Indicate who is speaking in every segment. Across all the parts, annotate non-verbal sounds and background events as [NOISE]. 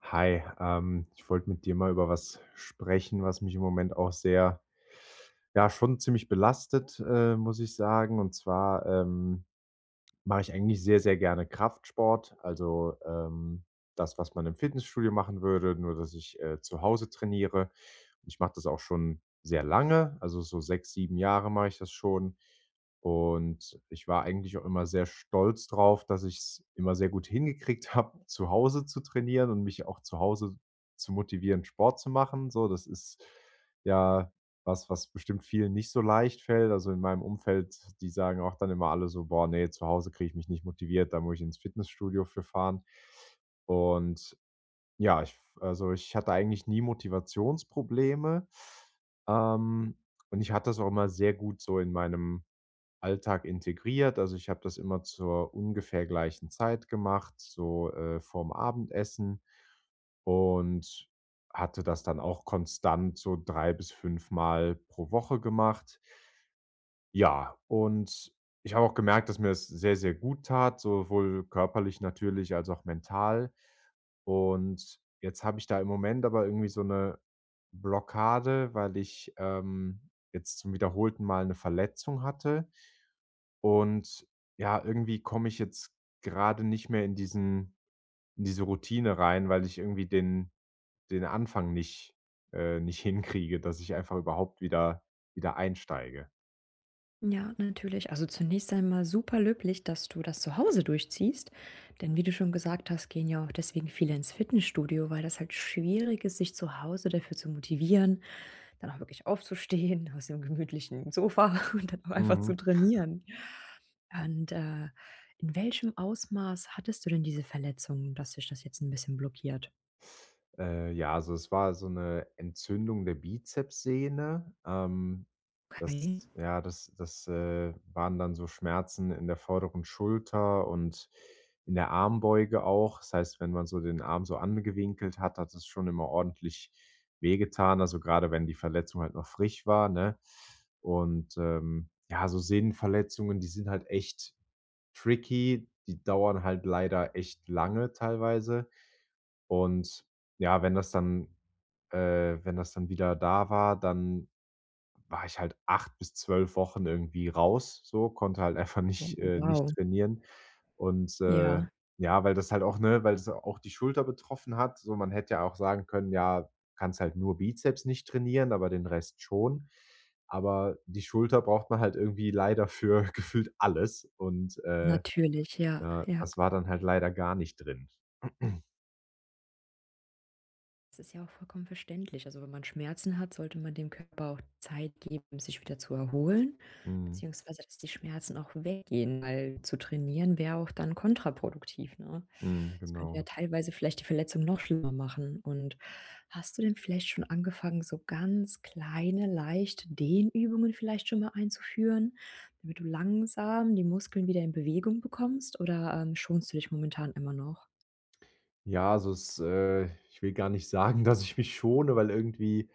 Speaker 1: Hi, ich wollte mit dir mal über was sprechen, was mich im Moment auch sehr, ja, schon ziemlich belastet, muss ich sagen. Und zwar, mache ich eigentlich sehr, sehr gerne Kraftsport, also, das, was man im Fitnessstudio machen würde, nur dass ich, zu Hause trainiere. Und ich mache das auch schon sehr lange, also so 6 7 Jahre mache ich das schon. Und ich war eigentlich auch immer sehr stolz drauf, dass ich es immer sehr gut hingekriegt [LAUGHS] habe, zu Hause zu trainieren und mich auch zu Hause zu motivieren, Sport zu machen. So, das ist ja was bestimmt vielen nicht so leicht fällt. Also, in meinem Umfeld, die sagen auch dann immer alle so: „Boah, nee, zu Hause kriege ich mich nicht motiviert, da muss ich ins Fitnessstudio für fahren.“ Und ja, ich hatte eigentlich nie Motivationsprobleme, ähm, und ich hatte das auch immer sehr gut so in meinem Alltag integriert. Also, ich habe das immer zur ungefähr gleichen Zeit gemacht, so, vorm Abendessen und hatte das dann auch konstant so 3 bis 5-mal pro Woche gemacht. Ja, und ich habe auch gemerkt, dass mir das sehr, sehr gut tat, sowohl körperlich natürlich als auch mental. Und jetzt habe ich da im Moment aber irgendwie so eine Blockade, weil ich, jetzt zum wiederholten Mal eine Verletzung hatte. Und ja, irgendwie komme ich jetzt gerade nicht mehr in diese Routine rein, weil ich irgendwie den Anfang nicht hinkriege, dass ich einfach überhaupt wieder einsteige.
Speaker 2: Ja, natürlich. Also zunächst einmal super löblich, dass du das zu Hause durchziehst. Denn wie du schon gesagt hast, gehen ja auch deswegen viele ins Fitnessstudio, weil das halt schwierig ist, sich zu Hause dafür zu motivieren, dann auch wirklich aufzustehen aus dem gemütlichen Sofa [LAUGHS] und dann auch einfach
Speaker 1: Mhm.
Speaker 2: zu trainieren. Und äh, in welchem Ausmaß hattest du denn diese Verletzung, dass dich das jetzt ein bisschen blockiert?
Speaker 1: Ja, also es war so eine Entzündung der Bizepssehne. Ähm,
Speaker 2: Okay.
Speaker 1: das ja, das waren dann so Schmerzen in der vorderen Schulter und in der Armbeuge auch. Das heißt, wenn man so den Arm so angewinkelt hat, hat es schon immer ordentlich wehgetan, also gerade wenn die Verletzung halt noch frisch war, ne? Und, ja, so Sehnenverletzungen, die sind halt echt tricky. Die dauern halt leider echt lange teilweise. Und ja, wenn das dann wieder da war, dann war ich halt 8 bis 12 Wochen irgendwie raus, so, konnte halt [LAUGHS] einfach
Speaker 2: Oh,
Speaker 1: nicht
Speaker 2: wow.
Speaker 1: trainieren. Und,
Speaker 2: Ja,
Speaker 1: ja, weil das halt auch ne, weil das auch die Schulter betroffen hat. So, man hätte ja auch sagen können: „Ja, kannst halt nur Bizeps nicht trainieren, aber den Rest schon.“ Aber die Schulter braucht man halt irgendwie leider für [LAUGHS] gefühlt alles und,
Speaker 2: natürlich. Ja,
Speaker 1: ja,
Speaker 2: ja.
Speaker 1: das war dann halt leider gar nicht drin. [CLEARS THROAT]
Speaker 2: Das ist ja auch vollkommen verständlich. Also, wenn man Schmerzen hat, sollte man dem Körper auch Zeit geben, sich wieder zu erholen,
Speaker 1: Mhm,
Speaker 2: beziehungsweise dass die Schmerzen auch weggehen, weil zu trainieren wäre auch dann kontraproduktiv, ne?
Speaker 1: mhm,
Speaker 2: Das könnte ja
Speaker 1: genau.
Speaker 2: teilweise vielleicht die Verletzung noch schlimmer machen. Und hast du denn vielleicht schon angefangen, so ganz kleine, leichte Dehnübungen vielleicht schon mal einzuführen, damit du langsam die Muskeln wieder in Bewegung bekommst oder, schonst du dich momentan immer noch?
Speaker 1: Ja, also es ich will gar nicht [LAUGHS] sagen, dass ich mich schone, weil irgendwie,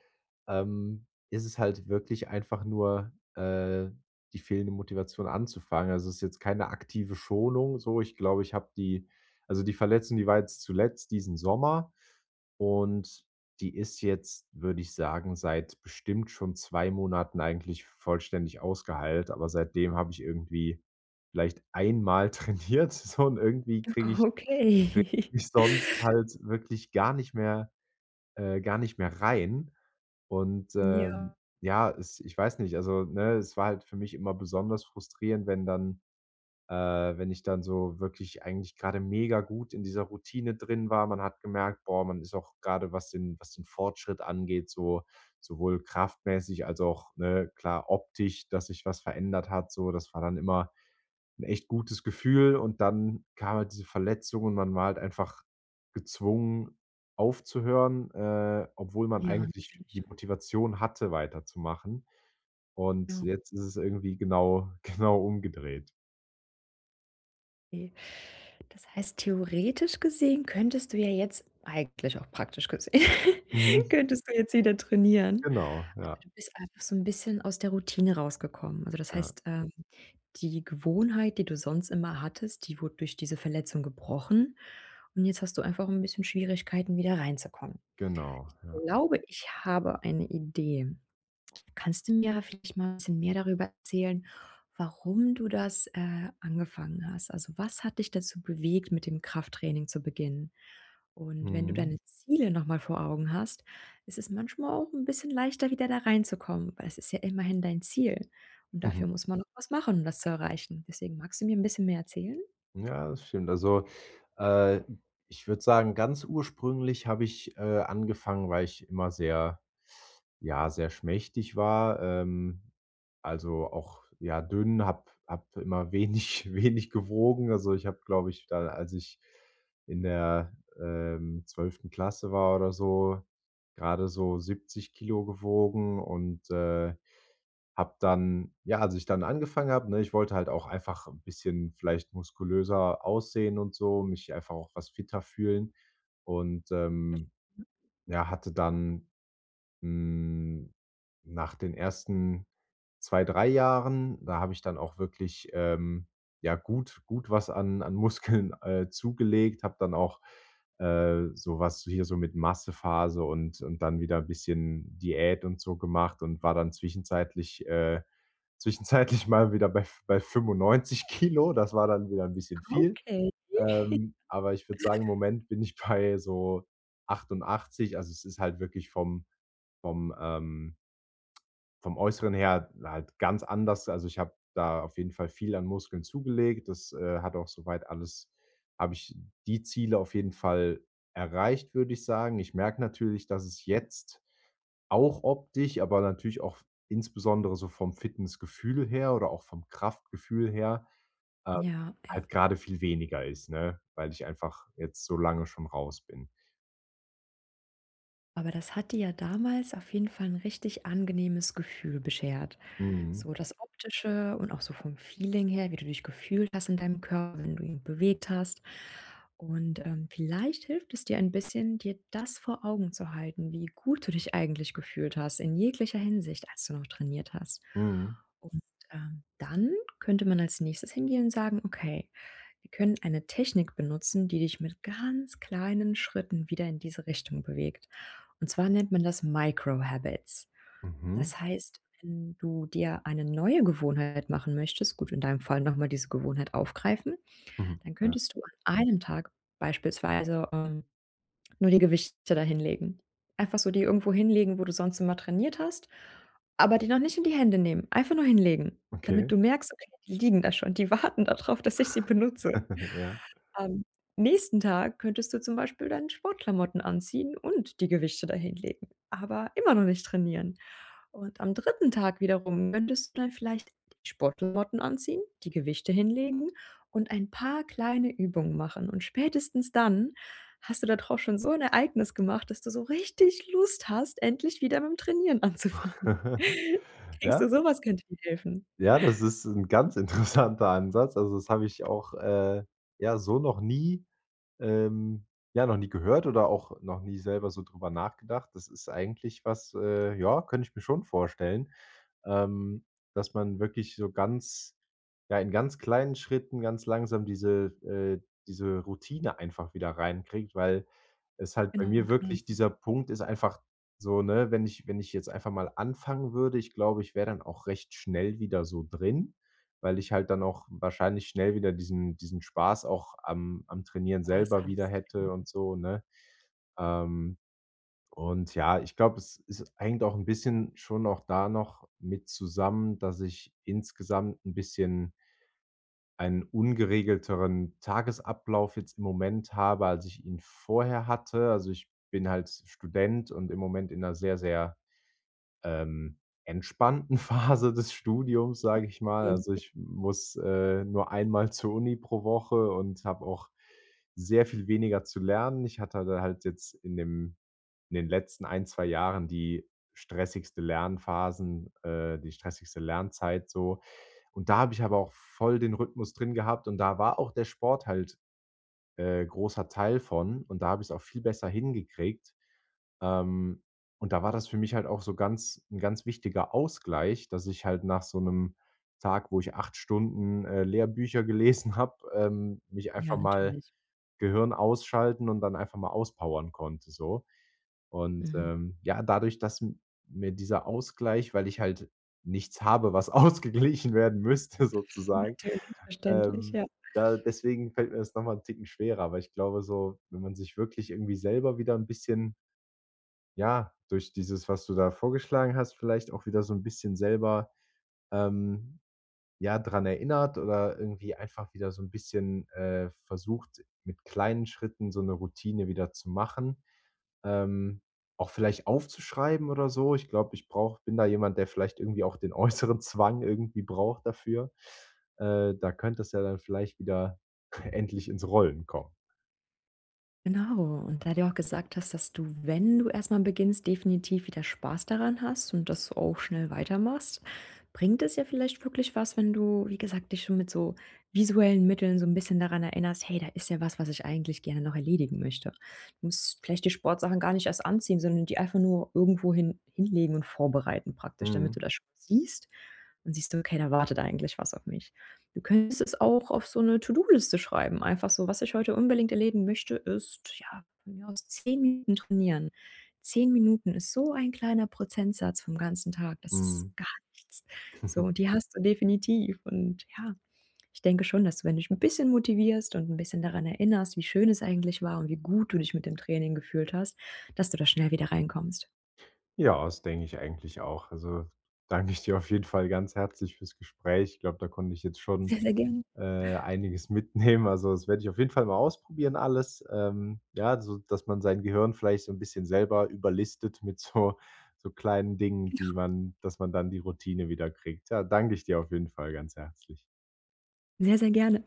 Speaker 1: ist es halt wirklich einfach nur, die fehlende Motivation anzufangen. Also, es ist jetzt keine aktive Schonung so. Ich glaube, ich habe die Verletzung, die war jetzt zuletzt diesen Sommer und die ist jetzt, würde ich sagen, seit bestimmt schon 2 Monaten eigentlich vollständig ausgeheilt, aber seitdem habe ich irgendwie vielleicht einmal [LAUGHS] trainiert so und irgendwie kriege
Speaker 2: [LAUGHS]
Speaker 1: ich
Speaker 2: Okay.
Speaker 1: mich sonst
Speaker 2: [LAUGHS]
Speaker 1: halt wirklich gar nicht mehr rein. Und,
Speaker 2: Ja.
Speaker 1: ja, es ich weiß nicht, also, ne, es war halt für mich immer besonders frustrierend, wenn dann wenn ich dann so wirklich eigentlich grade mega gut in dieser Routine drin war. Man hat gemerkt, boah, man ist auch grade, was den Fortschritt angeht, so sowohl kraftmäßig als auch, ne, klar optisch, dass sich was verändert hat, so. Das war dann immer 'n echt gutes Gefühl und dann kam halt diese Verletzung und man war halt einfach gezwungen aufzuhören, obwohl man
Speaker 2: Ja,
Speaker 1: eigentlich die
Speaker 2: natürlich.
Speaker 1: Motivation hatte, weiterzumachen.
Speaker 2: Ja.
Speaker 1: Und jetzt ist es irgendwie genau [LAUGHS] genau umgedreht.
Speaker 2: Okay. Das heißt, theoretisch gesehen könntest du ja jetzt eigentlich auch praktisch gesehen, [LAUGHS]
Speaker 1: Mhm,
Speaker 2: könntest du jetzt wieder trainieren.
Speaker 1: genau,
Speaker 2: Aber
Speaker 1: ja,
Speaker 2: du bist einfach so ein bisschen aus der Routine rausgekommen. Also, das
Speaker 1: ja,
Speaker 2: heißt, die Gewohnheit, die du sonst immer hattest, die wurde durch diese Verletzung gebrochen und jetzt hast du einfach ein bisschen Schwierigkeiten, wieder reinzukommen.
Speaker 1: genau,
Speaker 2: Ich
Speaker 1: ja.
Speaker 2: glaube, ich habe eine Idee. Kannst du mir vielleicht mal ein bisschen mehr darüber erzählen, warum du das, angefangen hast? Also, was hat dich dazu bewegt, mit dem Krafttraining zu beginnen? Und wenn du
Speaker 1: Mhm.
Speaker 2: deine Ziele noch mal vor Augen hast, ist es manchmal auch ein bisschen leichter, wieder da reinzukommen, weil es ist ja immerhin dein Ziel und dafür muss
Speaker 1: [LAUGHS]
Speaker 2: man noch was machen, um das zu erreichen. Deswegen magst du mir ein bisschen mehr erzählen?
Speaker 1: Mhm. Ja, das stimmt. Also, äh, ich würde sagen, ganz ursprünglich habe ich, angefangen, weil ich immer sehr ja, sehr schmächtig war, also auch, ja, dünn, hab immer wenig [LAUGHS] wenig gewogen. Also, ich habe, glaube ich, da als ich in der 12. Klasse war oder so, gerade so 70 kg gewogen und, habe dann ja, als ich dann angefangen habe, ne, ich wollte halt auch einfach ein bisschen vielleicht muskulöser aussehen und so, mich einfach auch was fitter fühlen und, ja, hatte dann hm, nach den ersten 2 3 Jahren, da habe ich dann auch wirklich, ja, gut was an Muskeln, [LAUGHS] zugelegt, habe dann auch, so hier so mit Massephase und dann wieder ein bisschen Diät und so gemacht und war dann zwischenzeitlich [LAUGHS] zwischenzeitlich mal wieder bei 95 Kilo. Das war dann wieder ein bisschen viel.
Speaker 2: Okay. Ja,
Speaker 1: Aber ich würde sagen, im Moment bin ich bei so 88. Also, es ist halt wirklich vom, ähm vom Äußeren her halt ganz anders. Also, ich habe da auf jeden Fall viel an Muskeln zugelegt. Das, hat auch soweit alles habe ich die Ziele auf jeden Fall erreicht, würde ich sagen. Ich merke natürlich, dass es jetzt auch optisch, aber natürlich auch insbesondere so vom Fitnessgefühl her oder auch vom Kraftgefühl her, ähm,
Speaker 2: ja.
Speaker 1: halt gerade viel weniger ist, ne, weil ich einfach jetzt so lange schon raus bin.
Speaker 2: Aber das hat dir ja damals auf jeden Fall ein richtig angenehmes Gefühl beschert.
Speaker 1: Mhm.
Speaker 2: So das Optische und auch so vom Feeling her, wie du dich gefühlt hast in deinem Körper, wenn du ihn bewegt hast. Und, vielleicht hilft es dir ein bisschen, dir das vor Augen zu halten, wie gut du dich eigentlich gefühlt hast in jeglicher Hinsicht, als du noch trainiert hast.
Speaker 1: Mhm.
Speaker 2: Und, dann könnte man als Nächstes hingehen und sagen: „Okay, wir können eine Technik benutzen, die dich mit ganz kleinen Schritten wieder in diese Richtung bewegt.“ Und zwar nennt man das Microhabits.
Speaker 1: Mhm.
Speaker 2: Das heißt, wenn du dir eine neue Gewohnheit machen möchtest, gut, in deinem Fall nochmal diese Gewohnheit aufgreifen,
Speaker 1: Mhm.
Speaker 2: dann
Speaker 1: Ja,
Speaker 2: könntest du an einem Tag beispielsweise, nur die Gewichte da hinlegen. Einfach so die irgendwo hinlegen, wo du sonst immer trainiert hast, aber die noch nicht in die Hände nehmen. Einfach nur hinlegen,
Speaker 1: okay.
Speaker 2: damit du merkst: „Okay, die liegen da schon, die warten darauf, dass ich sie benutze.“
Speaker 1: [LAUGHS] Ja.
Speaker 2: Am nächsten Tag könntest du zum Beispiel deine Sportklamotten anziehen und die Gewichte dahinlegen, aber immer noch nicht trainieren. Und am dritten Tag wiederum könntest du dann vielleicht die Sportklamotten anziehen, die Gewichte hinlegen und ein paar kleine Übungen machen. Und spätestens dann hast du da drauf schon so ein Ereignis gemacht, dass du so richtig Lust hast, endlich wieder mit dem Trainieren anzufangen.
Speaker 1: [LAUGHS]
Speaker 2: [LAUGHS] Denkst
Speaker 1: Ja,
Speaker 2: du, sowas könnte dir helfen?
Speaker 1: ja, das ist ein ganz interessanter Ansatz. Also, das habe ich auch, ja, so noch nie Ähm, ja, noch nie gehört oder auch noch nie selber so drüber nachgedacht. Das ist eigentlich was, ja, könnte ich mir schon vorstellen, ähm, dass man wirklich so ganz ja, in ganz kleinen Schritten ganz langsam diese Routine einfach wieder reinkriegt, weil es halt bei
Speaker 2: Genau,
Speaker 1: mir
Speaker 2: genau,
Speaker 1: wirklich
Speaker 2: dass du
Speaker 1: dieser Punkt ist einfach so, ne, wenn ich jetzt einfach mal anfangen würde, ich glaube, ich wäre dann auch recht schnell wieder so drin, weil ich halt dann auch wahrscheinlich schnell wieder diesen Spaß auch am Trainieren
Speaker 2: Spaß
Speaker 1: selber wieder
Speaker 2: hast. Genau.
Speaker 1: hätte und so, ne? Ähm, und ja, ich glaube, es hängt auch ein bisschen schon auch da noch mit zusammen, dass ich insgesamt ein bisschen einen ungeregelteren Tagesablauf jetzt im Moment habe, als ich ihn vorher hatte. Also, ich bin halt Student und im Moment in einer sehr, sehr ähm, entspannten [LAUGHS] Phase des Studiums, sage ich mal. Also, ich muss, nur einmal zur Uni pro Woche und habe auch sehr viel weniger zu lernen. Ich hatte da halt jetzt in den letzten ein 2 Jahren die stressigste die stressigste Lernzeit so. Und da habe ich aber auch voll den Rhythmus drin gehabt und da war auch der Sport halt großer Teil von und da habe ich es auch viel besser hingekriegt. Ähm, und da war das für mich halt auch so ganz ein ganz wichtiger Ausgleich, dass ich halt nach so einem Tag, wo ich 8 Stunden, Lehrbücher [LAUGHS] gelesen habe, mich einfach
Speaker 2: Ja,
Speaker 1: mal
Speaker 2: natürlich.
Speaker 1: Gehirn ausschalten und dann einfach mal auspowern konnte so. Und,
Speaker 2: Mhm.
Speaker 1: ja, dadurch, dass m mir dieser Ausgleich, weil ich halt nichts habe, was [LAUGHS] ausgeglichen werden müsste sozusagen,
Speaker 2: Natürlich, verständlich,
Speaker 1: ähm,
Speaker 2: ja.
Speaker 1: da deswegen fällt mir das nochmal einen Ticken schwerer, aber ich glaube so, wenn man sich wirklich irgendwie selber wieder ein bisschen, ja, durch dieses, was du da vorgeschlagen hast, vielleicht auch wieder so ein bisschen selber, ähm ja, dran erinnert oder irgendwie einfach wieder so ein bisschen, versucht, mit kleinen Schritten so eine Routine wieder zu machen. Ähm, auch vielleicht aufzuschreiben oder so. Ich glaube, ich brauche bin da jemand, der vielleicht irgendwie auch den [LAUGHS] äußeren Zwang irgendwie braucht dafür. Da könnte es ja dann vielleicht wieder [LAUGHS] endlich ins Rollen kommen.
Speaker 2: Genau. Und da du auch gesagt hast, dass du, wenn du erstmal beginnst, definitiv wieder Spaß daran hast und das auch schnell weitermachst, bringt es ja vielleicht wirklich was, wenn du, wie gesagt, dich schon mit so visuellen Mitteln so ein bisschen daran erinnerst: „Hey, da ist ja was, was ich eigentlich gerne noch erledigen möchte.“ Du musst vielleicht die Sportsachen gar nicht erst anziehen, sondern die einfach nur irgendwo hinlegen und vorbereiten praktisch, damit
Speaker 1: Mhm,
Speaker 2: du das schon siehst und siehst du: „Okay, da wartet eigentlich was auf mich.“ Du könntest es auch auf so 'ne To-do-Liste schreiben, einfach so: „Was ich heute unbedingt erledigen möchte, ist, ja, von mir aus 10 Minuten trainieren.“ 10 Minuten ist so ein kleiner Prozentsatz vom ganzen Tag, das ist
Speaker 1: mhm.
Speaker 2: gar nichts. So, und
Speaker 1: [LAUGHS]
Speaker 2: die hast du definitiv und ja, ich denke schon, dass du, wenn du dich 'n bisschen motivierst und 'n bisschen daran erinnerst, wie schön es eigentlich war und wie gut du dich mit dem Training gefühlt hast, dass du da schnell wieder reinkommst.
Speaker 1: Ja, das denke ich eigentlich auch. Also, danke ich dir auf jeden Fall ganz herzlich fürs Gespräch. Ich glaube, da konnte ich jetzt schon
Speaker 2: Sehr, sehr gerne.
Speaker 1: äh, einiges [LAUGHS] mitnehmen. Also, das werde ich auf jeden Fall mal ausprobieren alles. Ja, so dass man sein Gehirn vielleicht so ein bisschen selber überlistet mit so so kleinen Dingen, die man dass man dann die Routine wieder kriegt. Ja, danke ich dir auf jeden Fall ganz herzlich.
Speaker 2: Sehr, sehr gerne.